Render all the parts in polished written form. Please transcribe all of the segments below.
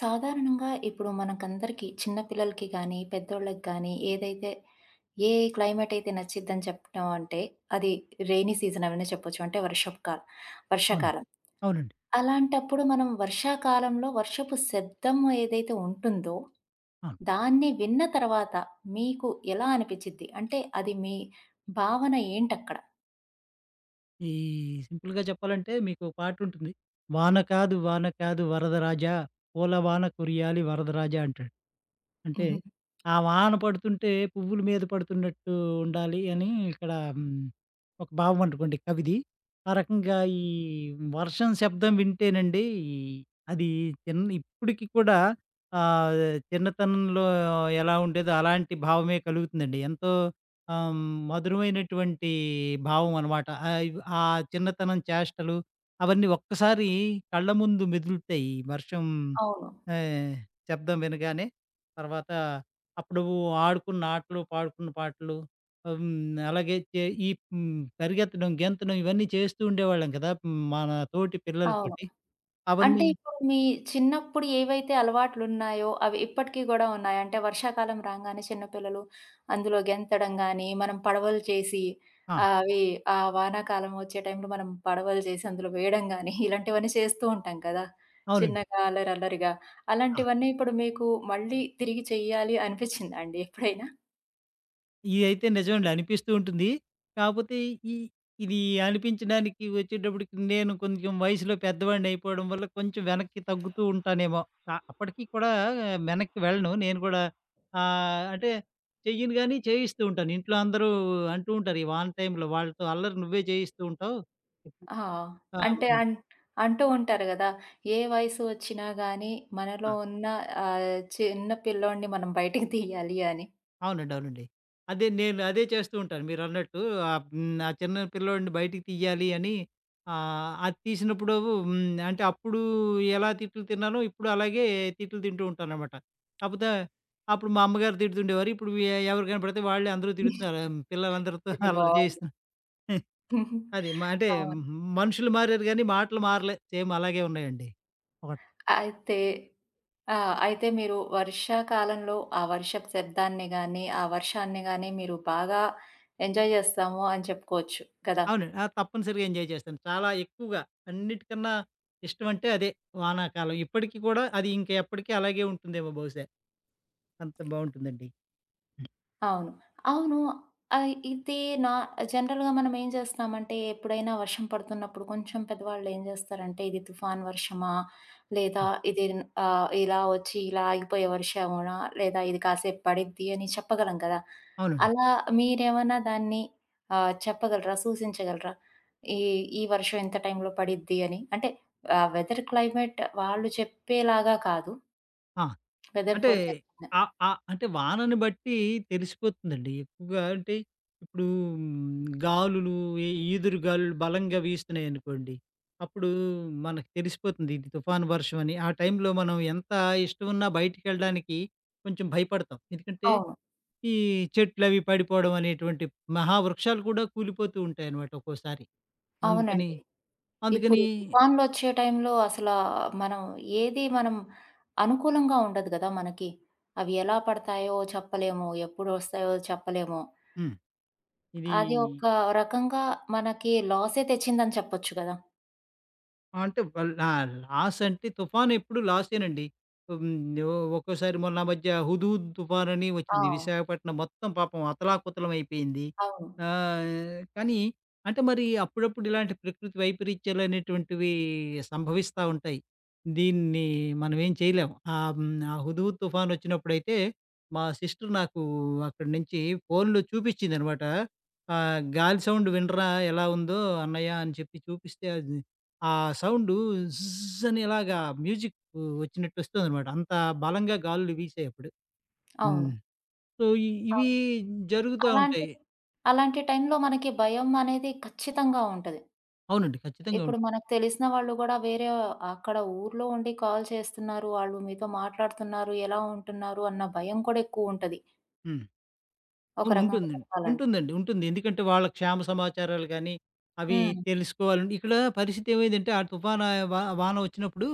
సాధారణంగా ఇప్పుడు మనకందరికీ చిన్న పిల్లలకి గానీ, పెద్దోళ్ళకి గానీ ఏదైతే ఏ క్లైమేట్ అయితే నచ్చిద్దని చెప్పడం అంటే అది రెయినీ సీజన్ అవనే చెప్పొచ్చు. అంటే వర్షపు కాల అవును. వర్షాకాలం. అవునండి. అలాంటప్పుడు మనం వర్షాకాలంలో వర్షపు శబ్దం ఏదైతే ఉంటుందో, అవును. దాన్ని విన్న తర్వాత మీకు ఎలా అనిపిచ్చిద్ది? అంటే అది మీ భావన ఏంటక్కడ? ఈ సింపుల్‌గా చెప్పాలంటే మీకు పాటుంటుంది. వాన కాదు, వాన కాదు వరదరాజా, పూల వాన కురియాలి వరదరాజా అంటాడు. అంటే హుహు. ఆ వాన పడుతుంటే పువ్వుల మీద పడుతున్నట్టు ఉండాలి అని ఇక్కడ హ్మ్, ఒక భావం అనుకోండి కవిది. ఆ రకంగా ఈ వర్షం శబ్దం వింటేనండి ఈ అది చిన్న ఇప్పటికి కూడా ఆహ్, చిన్నతనంలో ఎలా ఉండేదో అలాంటి భావమే కలుగుతుందండి. ఎంతో ఆహ్, హ్మ్. మధురమైనటువంటి భావం అనమాట. ఆహ్, ఇవ్ ఆ చిన్నతనం చేష్టలు అవన్నీ ఒక్కసారి కళ్ళ ముందు మెదులుతాయి. ఈ వర్షం అవును. ఆహ్, శబ్దం వినగానే. తర్వాత అప్పుడు ఆడుకున్న ఆటలు, పాడుకున్న పాటలు. ఆహ్, హ్మ్. అలాగే చే ఈ హ్మ్. పరిగెత్తడం, గెంతడం ఇవన్నీ చేస్తూ ఉండేవాళ్ళం కదా! మన తోటి అవును. పిల్లలతోటి. అంటే అవన్నీ. ఇప్పుడు మీ చిన్నప్పుడు ఏవైతే అలవాట్లున్నాయో, అవి ఇప్పటికి గూడా ఉన్నాయా? అంటే వర్షాకాలం రాంగానే చిన్న పిల్లలు అందులో గెంతడం గానీ, మనం పడవలు చేసి ఆ! ఆహ్, అవి ఆ వానాకాలం వచ్చే టైంలో మనం పడవలు చేసి అందులో వేయడం గానీ, ఇలాంటివన్నీ చేస్తూ ఉంటాం కదా! అవునండి. చిన్నగా అల్లరిగా. ఆ! అలాంటివన్నీ ఇప్పుడు మీకు మళ్ళీ తిరిగి చెయ్యాలి అనిపిచ్చిందా అండి ఎప్పుడైనా? ఇదైతే నిజమండి, అనిపిస్తూ ఉంటుంది. కాపోతే ఈ ఇది అనిపించడానికి వచ్చేటప్పటికి నేను కొంచెం వయసులో పెద్దవాడినయిపోవడం వల్ల కొంచెం వెనక్కి తగ్గుతూ ఉంటానేమో! అప్పటికి కూడా వెనక్కి వెళ్ళను. నేను కూడా అంటే చెయ్యను గానీ చేయిస్తూ ఉంటాను. ఇంట్లో అందరూ అంటూ ఉంటారు, ఈ వాన టైంలో వాళ్ళతో అల్లరి నువ్వే చేయిస్తూ ఉంటావు. ఆ! ఆ! అంటే హ్మ్. అంటూ ఉంటారు గదా! ఏ వయసు వచ్చినా గానీ మనలో ఉన్న ఆహ్, చిన్న పిల్లోడిని మనం బయటికి తీయాలి అని. అవునండి, అవునండి. అదే, నేను అదే చేస్తూ ఉంటాను మీరన్నట్టు. ఆహ్, హ్మ్. ఆ చిన్న పిల్లోడిని బయటికి తీయాలి అని. అది తీసినప్పుడు హ్మ్. అంటే అప్పుడు ఎలా తిట్లు తిన్నానో ఇప్పుడు అలాగే తిట్లు తింటూ ఉంటాననమాట. కాపోతే అప్పుడు మా అమ్మగారు తిడుతుండేవారు. ఇప్పుడు ఎవరు కనపడితే వాళ్ళే, అందరూ తిడుతున్నారు. ఆ, పిల్లలందరితో ఇది అల్లరి బావుంది. చేయిస్తు అది. అవును. మనుషులు మారారు గానీ మాటలు మారలే. సేమ్ అలాగే ఉన్నాయండి. ఒక అయితే ఆ! అయితే మీరు వర్షాకాలంలో ఆ వర్షపు శబ్దాన్ని గానీ, ఆ వర్షాన్ని గానీ మీరు బాగా ఎంజాయ్ జేస్తాము అని చెప్పుకోవచ్చు కదా! అవును. ఆ! తప్పనిసరిగా ఎంజాయ్ చేస్తాను. చాలా ఎక్కువగా అన్నిటికన్నా ఇష్టం అంటే అదే, వానాకాలం. ఇప్పటికి కూడా అది ఇంక ఎప్పటికి అలాగే ఉంటుందేమో బహుశా! అంత బావుంటుందండి. అవును. అవును. ఆహ్, ఇది నా జనరల్‌గా మనం ఏం చేస్తామంటే, ఎప్పుడైనా వర్షం పడుతున్నప్పుడు కొంచెం పెద్దవాళ్ళు ఏం చేస్తారంటే, ఇది తుఫాన్ వర్షమా? లేదా హుహు. ఇది ఇలా వచ్చి ఇలా ఆగిపోయే వర్షమా? లేదా ఇది కాసేపు పడిద్ది అని చెప్పగలం కదా! అవునండి. అలా మీరేమన్నా దాన్ని చెప్పగలరా? సూచించగలరా? ఈ ఈ వర్షం ఇంత టైంలో పడిద్ది అని. అంటే వెదర్ క్లైమేట్ వాళ్ళు చెప్పేలాగా కాదు. ఆ! వెదర్ అంటే ఫోర్‌కాస్ట్. ఆహ్, ఆహ్, అంటే వానను బట్టి తెలిసిపోతుందండి. ఎక్కువగా అంటే ఇప్పుడు గాలులు ఈదురు గాలులు బలంగా వీస్తున్నాయనుకోండి. అప్పుడు మనకు తెలిసిపోతుంది, ఇది తుఫాను వర్షం అని. ఆ టైంలో మనం ఎంత ఇష్టమున్నా బయటికెళ్ళడానికి కొంచెం భయపడతాం. ఎందుకంటే అవును. ఈ చెట్లవి పడిపోవడం అనేటువంటి మహావృక్షాలు కూడా కూలిపోతూ ఉంటాయన్నమాట ఒక్కోసారి. అందుకని అవునండి. ఇప్పుడు అందుకని తుఫాన్‌లొచ్చే టైంలో అసలా మనం ఏది మనం అనుకూలంగా ఉండదు గదా! మనకి. అవి ఎలా పడతాయో చెప్పలేము. ఎప్పుడొస్తాయో చెప్పలేము. హ్మ్. ఇది అది ఒక రకంగా మనకి లాసే తెచ్చిందని చెప్పొచ్చు గదా! ఆ! అంటే వల్ లా లాస్ అంటే తుఫాన్ ఎప్పుడు లాసేనండి. హ్మ్. ఒక్కోసారి మొన్న ఆ మధ్య హుదూద్ తుఫాన్ అని వచ్చింది. ఆ! విశాఖపట్నం మొత్తం పాపం అతలాకుతలం అయిపోయింది. అవును. కానీ అంటే, మరి అప్పుడప్పుడు ఇలాంటి ప్రకృతి వైపరీత్యాలు అనేటువంటివి సంభవిస్తా ఉంటాయి. దీన్ని మనం ఏం చేయలేం. ఆహ్, హ్మ్. ఆ హుదూద్ తుఫాన్ వచ్చినప్పుడైతే మా సిస్టర్ నాకు అక్కడి నుంచి ఫోన్‌లో చూపించిందనమాట. గాలి సౌండ్ వినరా ఎలా ఉందో అన్నయ్య అని చెప్పి చూపిస్తే, అది ఆ సౌండు జ్జ్ అని ఇలాగా మ్యూజిక్ వచ్చినట్టు వస్తుందనమాట. అంత బలంగా గాలులు వీసాయి అప్పుడు. అవును. హ్మ్. సో, ఇవి అవును. జరుగుతా అలాంటి ఉంటాయి. అలాంటి టైంలో మనకి భయం అనేది ఖచ్చితంగా ఉంటది. అవునండి, ఖచ్చితంగా ఇప్పుడు ఉంటాయి. మనకు తెలిసిన వాళ్ళు గూడా వేరే అక్కడ ఊర్లో ఉండి కాల్ చేస్తున్నారు. వాళ్ళు మీతో మాట్లాడుతున్నారు. ఎలా ఉంటున్నారు అన్న భయం కూడా ఎక్కువుంటది. హ్మ్. ఒక అవును, రకంగా ఉంటుందండి. చెప్పాలంటే. ఉంటుంది. ఎందుకంటే వాళ్ళ క్షేమ సమాచారాలు గానీ, అవి హ్మ్. తెలుసుకోవాలండి. ఇక్కడ పరిస్థితి ఏమైందంటే, ఆ తుఫాను ఆహ్, వా వాన వచ్చినప్పుడు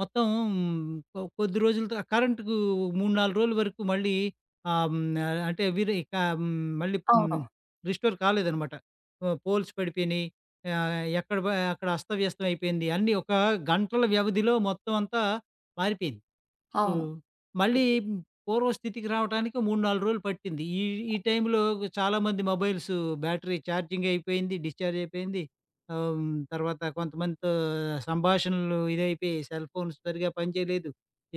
మొత్తం కొద్ది రోజులతో కరెంట్‌కు 3, 4 రోజుల వరకు మళ్ళీ ఆహ్, హ్మ్. అంటే వీరు ఇక హ్మ్. మళ్ళీ హ్మ్. అవును. రిస్టోర్ కాలేదనమాట. పోల్స్ పడిపోయినియి. ఆహ్, ఎక్కడ ప అక్కడ అస్తవ్యస్తం అయిపోయింది. అన్నీ ఒక గంటల వ్యవధిలో మొత్తం అంతా మారిపోయింది. అవును. హ్మ్. మళ్ళీ ఇప్పుడు పూర్వ స్థితికి రావటానికి 3, 4 రోజులు పట్టింది. ఈ ఈ టైంలో చాలామంది మొబైల్స్ బ్యాటరీ ఛార్జింగ్ అయిపోయింది, డిశ్చార్జ్ అయిపోయింది. ఆహ్, హ్మ్. తర్వాత కొంతమందితో సంభాషణలు ఇదైపోయి సెల్ ఫోన్స్ సరిగ్గా పనిచేయలేదు.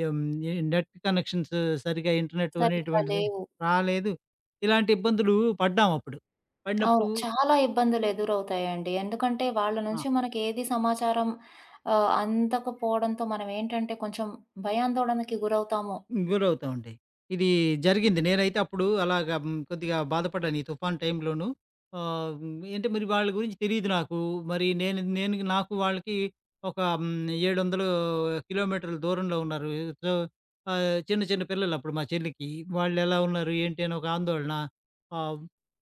ఎం ఈ నెట్ కనెక్షన్స్ సరిగ్గా, ఇంటర్నెట్ సరిగ్గా అనేటువంటిది లేవు. రాలేదు. ఇలాంటి ఇబ్బందులు పడ్డామప్పుడు. అవును. పడినప్పుడు చాలా ఇబ్బందులు ఎదురవుతాయండి. ఎందుకంటే వాళ్ళ నుంచి మనకేది సమాచారం అందకపోవడంతో మనమేంటంటే కొంచెం భయాందోళనకి గురవుతాము. గురవుతా ఉంటాయి. ఇది జరిగింది. నేనైతే అప్పుడు అలాగా కొద్దిగా బాధపడ్డాను, ఈ తుఫాను టైంలోను. అంటే మరి వాళ్ళ గురించి తెలీదు నాకు. మరి నేను నేను నాకు వాళ్ళకి ఒక 700 కిలోమీటర్ల దూరంలో ఉన్నారు. సో, చిన్న చిన్న పిల్లలు అప్పుడు మా చెల్లికి. వాళ్ళెలా ఉన్నారు, ఏంటి అని ఒక ఆందోళన. ఆహ్,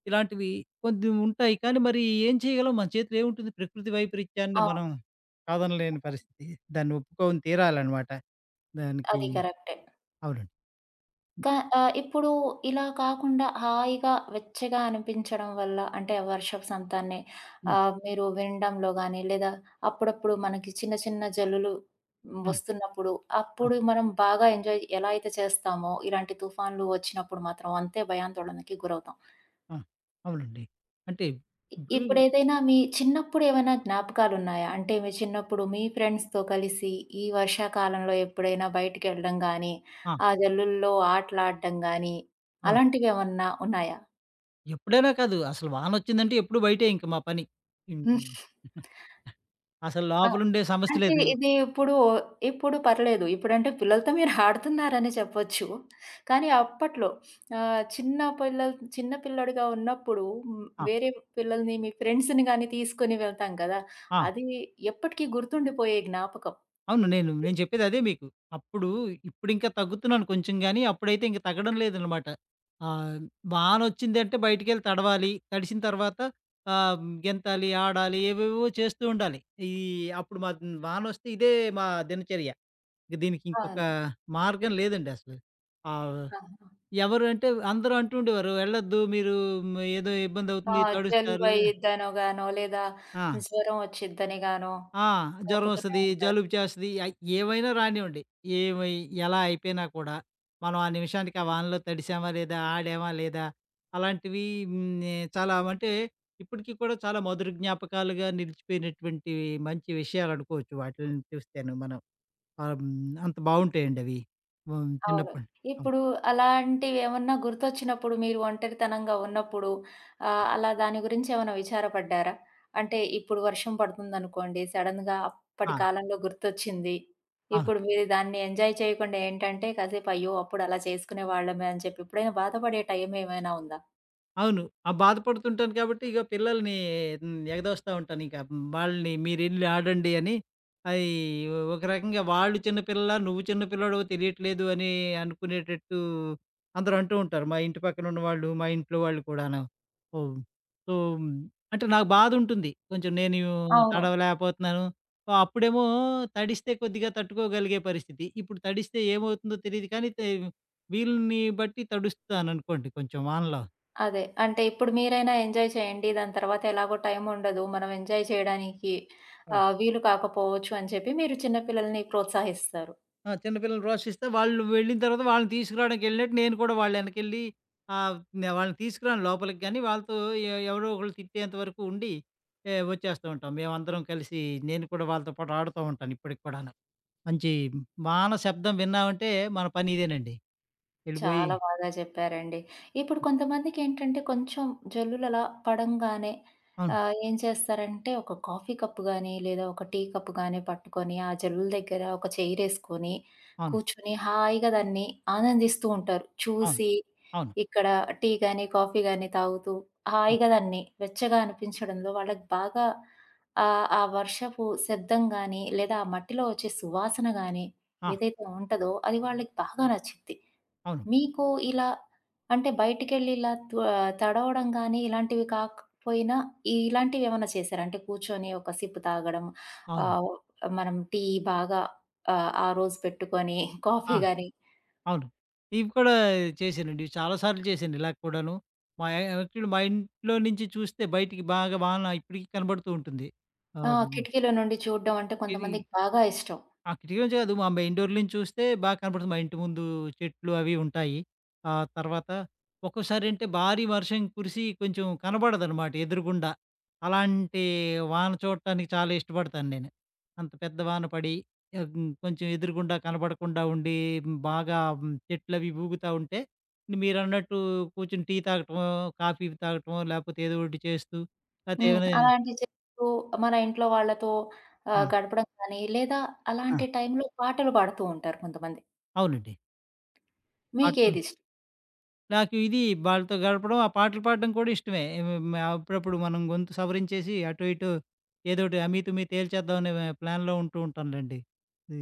ఇలాంటివి కొన్ని ఉంటాయి. కానీ మరి ఏం చేయగలం? మన చేతిలో ఏముంటుంది? ప్రకృతి వైపరీత్యాన్ని అవును. మనం కాదనలేని పరిస్థితి. దాన్ని ఒప్పుకొని తీరాలనమాట. దానికి అది కరెక్టే. అవును. క ఇప్పుడు ఇలా కాకుండా హాయిగా, వెచ్చగా అనిపించడం వల్ల అంటే ఆ వర్షపు సంతాన్ని హ్మ్. మీరు వినడంలో గాని, లేదా అప్పుడప్పుడు మనకి చిన్న చిన్న జల్లులు హ్మ్. వస్తున్నప్పుడు, ఆ! అప్పుడు మనం బాగా ఎంజాయ్ ఎలా అయితే చేస్తామో, ఇలాంటి తుఫాన్లు వచ్చినప్పుడు మాత్రం అంతే భయాందోళనకి గురవుతాం. ఆ! అవునండి. అంటే ఇ ఇప్పుడు ఇప్పుడేదైనా మీ చిన్నప్పుడేమైనా జ్ఞాపకాలున్నాయా? అంటే మీ చిన్నప్పుడు మీ ఫ్రెండ్స్‌తో కలిసి ఈ వర్షాకాలంలో ఎప్పుడైనా బయటికెళ్ళడం గానీ, ఆ! ఆ జల్లుల్లో ఆటలాడడం గానీ, అవును. అలాంటివేమన్నా ఉన్నాయా? ఎప్పుడైనా కాదు, అసలు వానొచ్చిందంటే ఎప్పుడు బయటే ఇంక మా పని. హ్మ్. హ్మ్. అసలు ఆ! లోపలుండే సమస్య అంటే లేదు. ఇప్పుడు పర్లేదు. ఇప్పుడంటే పిల్లలతో మీరు ఆడుతున్నారనే చెప్పొచ్చు. కానీ అప్పట్లో చిన్న పిల్లోడిగా ఉన్నప్పుడు ఆ! వేరే పిల్లల్ని మీ ఫ్రెండ్స్‌ని గానీ తీసుకొని వెళ్తాం కదా! ఆ! అది ఎప్పటికీ గుర్తుండిపోయే జ్ఞాపకం. అవును. నేను నేను చెప్పేదదే మీకు. అప్పుడు ఇప్పుడింకా తగ్గుతున్నాను కొంచెం గానీ, అప్పుడైతే ఇంక తగ్గడం లేదనమాట. ఆహ్, వానొచ్చిందంటే బయటికెళ్ళి తడవాలి. తడిసిన తర్వాత గెంతాలి, ఆడాలి, ఏవేవో చేస్తూ ఉండాలి. ఈ అప్పుడు మా వానొస్తే ఇదే మా దినచర్య. ఇంక దీనికి ఇంకొక అవును. మార్గం లేదండి అసలు. ఆహ్, ఆహా! ఎవరు అంటే అందరూ అంటూ ఉండేవారు, "వెళ్ళొద్దు మీరు, ఏదో ఆ! ఇబ్బందవుతుంది, జలుబు తడుస్తారు." అయిద్దనో గానో, లేదా ఆ! జ్వరం వచ్చిద్దని గానో ఆ! జ్వరం కప్పుతూనే వస్తది, ఉంటారు. జలుబు చేస్తది. ఏమైనా రానివ్వండి. ఏమై ఎలా అయిపోయినా కూడా, మనం ఆ నిమిషానికి ఆ వానలో తడిసామా లేదా, ఆడామా లేదా, అలాంటివి చాలా అంటే ఇప్పటికి కూడా చాలా మధుర జ్ఞాపకాలుగా నిలిచిపోయినటువంటి మంచి విషయాలు అనుకోవచ్చు, వాటిల్ని చూస్తేను మనం. అంత బావుంటాయండి అవి. అవును. చిన్నప్పుడు. ఇప్పుడు అలాంటివేమన్నా గుర్తొచ్చినప్పుడు మీరు ఒంటరితనంగా ఉన్నప్పుడు అలా దాని గురించి ఏమైనా విచారపడ్డారా? అంటే ఇప్పుడు వర్షం పడుతుందనుకోండి, సడెన్‌గా అప్పటి ఆ! కాలంలో గుర్తొచ్చింది. ఆ! ఇప్పుడు మీరు దాన్ని ఎంజాయ్ చేయకుండా ఏంటంటే కాసేపు అయ్యో! అప్పుడు అలా చేసుకునేవాళ్ళమే అని చెప్పి ఎప్పుడైనా బాధపడే టైం ఏమైనా ఉందా? అవును. ఆ! బాధపడుతుంటాను కాబట్టి, ఇగ పిల్లల్ని ఎగదోస్తా ఉంటానిక, వాళ్ళని మీరెళ్లి ఆడండి అని. అయి ఒక రకంగా, వాళ్ళు చిన్న పిల్లలా, నువ్వు చిన్న పిల్లోడివో తెలియట్లేదు అని అనుకునేటట్టు అందరూ అంటూ ఉంటారు. మా ఇంటి పక్కనున్న వాళ్ళు, మా ఇంట్లో వాళ్ళు కూడాను. హ్మ్. సో, అంటే నాకు బాధుంటుంది, కొంచెం నేను అవును. తడవలేకపోతున్నాను. సో అప్పుడేమో తడిస్తే కొద్దిగా తట్టుకోగలిగే పరిస్థితి. ఇప్పుడు తడిస్తే ఏమవుతుందో తెలీదు కానీ, వీలుని బట్టి తడుస్తాననుకోండి కొంచెం వానలో. అదే. అంటే ఇప్పుడు మీరైనా ఎంజాయ్ చేయండి. దాని తర్వాత ఎలాగో టైం ఉండదు. మనం ఎంజాయ్ చేయడానికి వీలు కాకపోవచ్చు అని చెప్పి మీరు చిన్న పిల్లల్ని ప్రోత్సహిస్తారు. ఆ! చిన్న పిల్లలు రోషిస్తే వాళ్ళు వెళ్ళిన తర్వాత వాళ్ళని తీసుకురావడానికి వెళ్ళినట్టు, నేను కూడా వాళ్ళ ఎనకెళ్ళి ఆహ్, నే వాళ్ళని తీసుకురాను లోపలికి గానీ, వాళ్ళతో ఎవరో ఒకళ్ళు తిట్టేంత వరకు ఉండి వచ్చేస్తూ ఉంటాం. మేమందరం కలిసి, నేను కూడా వాళ్ళతో పాటు ఆడుతూ ఉంటాను ఇప్పటికి కూడాను. మంచి వాన శబ్దం విన్నామంటే మన పని ఇదేనండి, వెళ్ళిపోయి. చాలా బాగా చెప్పారండి. ఇప్పుడు కొంతమందికేంటంటే కొంచెం జల్లులు అలా పడంగానే అవును, ఏం చేస్తారంటే ఒక కాఫీ కప్ గానీ, లేదా ఒక టీ కప్ గానీ పట్టుకొని ఆ జల్లుల దగ్గర ఒక చైరేసుకొని అవును, కూర్చొని హాయిగా దాన్ని ఆనందిస్తూ ఉంటారు. అవును, చూసి అవును. ఇక్కడ టీ గానీ, కాఫీ గానీ తాగుతూ హ్మ్. హాయిగా దాన్ని వెచ్చగా అనిపించడంలో వాళ్ళకి బాగా ఆ వర్షపు శబ్దం గానీ, లేదా ఆ మట్టిలో వచ్చే సువాసన గానీ ఆ! ఏదైతే ఉంటదో అది వాళ్ళకి బాగా నచ్చిద్ది. అవును, మీకు ఇలా అంటే బయటికెళ్ళి ఇలా తడవడం గానీ, ఇలాంటివి కాకపోయినా ఇలాంటివేమన్నా చేశారా? అంటే కూర్చొని ఒక సిప్ తాగడం, అవును, అవును. ఆహ్, మనం టీ బాగా ఆ రోజు పెట్టుకొని ఆ! కాఫీ గానీ అవును. ఇవి కూడా చేశానండి. చాలా సార్లు చేశాను ఇలా కూడాను. మా యా యాక్చువల్లీ మా ఇంట్లో నుంచి చూస్తే బయటికి బాగా వాన ఇప్పటికి కనబడుతూ ఉంటుంది. ఆ! ఆహ్, హ్మ్. కిటికీలో నుండి చూడడం అంటే ఇది కొంతమందికి బాగా ఇష్టం. ఆ! కిటికీ నుంచి కాదు. మా మెయిన్ డోర్ నుంచి చూస్తే బాగా కనపడుతుంది. మా ఇంటి ముందు చెట్లు అవి ఉంటాయి. ఆ తర్వాత ఒక్కోసారేంటే భారీ వర్షం కురిసి కొంచెం కనబడదనమాట ఎదురుగుండా. అలాంటి వాన చూడటానికి చాలా ఇష్టపడతాను నేను. అంత పెద్ద వాన పడి కొంచెం ఎదురుగుండా కనబడకుండా ఉండి బాగా చెట్లవి ఊగుతా ఉంటే, మీరన్నట్టు కూర్చొని టీ తాగటమో, కాఫీ తాగటమో, లేకపోతే ఏదో ఒకటి చేస్తూ, లేకపోతే హ్మ్. ఏమైనా. అలాంటివి చేస్తూ మన ఇంట్లో వాళ్ళతో ఆ! గడపడం కానీ, లేదా ఆ! అలాంటి టైంలో పాటలు పాడుతూ ఉంటారు కొంతమంది. అవునండి. పాటలు, మీకేదిష్టం? నాకు ఇది వాళ్ళతో గడపడం, ఆ పాటలు పాడడం కూడా ఇష్టమే. అప్పుడప్పుడు మనం గొంతు సవరించేసి అటు ఇటు ఏదోటి అమీతుమీ తేల్చేద్దాం అనే ప్లాన్‌లో ఉంటూ ఉంటానులెండి. ఈ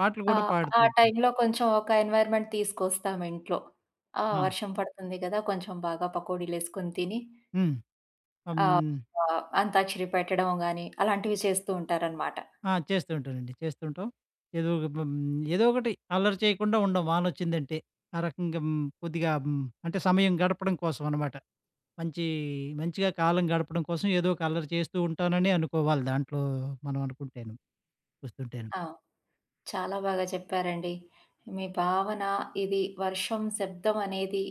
పాటలు ఆ! కూడా ఆ పాడుతూ ఉంటాను. టైంలో కొంచెం ఒక ఎన్వైర్‌మెంట్ తీసుకొస్తాం ఇంట్లో. ఆ! ఆ! వర్షం పడుతుంది గదా! కొంచెం బాగా పకోడీలేసుకొని తిని హ్మ్. ఆహ్, హ్మ్. ఆహ్, అంతాక్షరి పెట్టడం గాని అలాంటివి చేస్తూ ఉంటారనమాట. ఆ! చేస్తూ ఉంటానండి, చేస్తూ ఉంటాం. ఏదో ఒక ఏదో ఒకటి అల్లరి చేయకుండా ఉండం వానొచ్చిందంటే. ఆ రకంగా కొద్దిగా అంటే సమయం గడపడం కోసం అనమాట. మంచి మంచిగా కాలం గడపడం కోసం ఏదో ఒక అల్లరి చేస్తూ ఉంటానని అనుకోవాలి, దాంట్లో మనం అనుకుంటేను, చూస్తుంటేను. ఆ! చాలా బాగా చెప్పారండి. మీ భావన ఇది వర్షం శబ్దం అనేది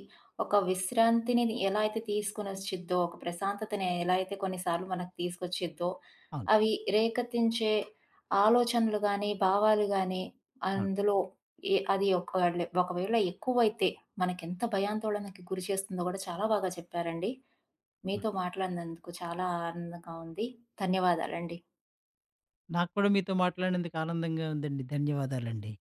ఒక విశ్రాంతిని ఎలా అయితే తీసుకొనొచ్చిద్దో, ఒక ప్రశాంతతని ఎలా అయితే కొన్నిసార్లు మనకు తీసుకొచ్చిద్దో, అవును, అవి రేకెత్తించే ఆలోచనలు గానీ, భావాలు గానీ అవును. అందులో ఎ అది ఒకళ్ళ ఒకవేళ ఎక్కువైతే మనకెంత భయాందోళనకి గురి చేస్తుందో గూడా చాలా బాగా చెప్పారండి. మీతో మాట్లాడినందుకు చాలా ఆనందంగా ఉంది. ధన్యవాదాలండి. నాకు కూడా మీతో మాట్లాడినందుకు ఆనందంగా ఉందండి. ధన్యవాదాలండి.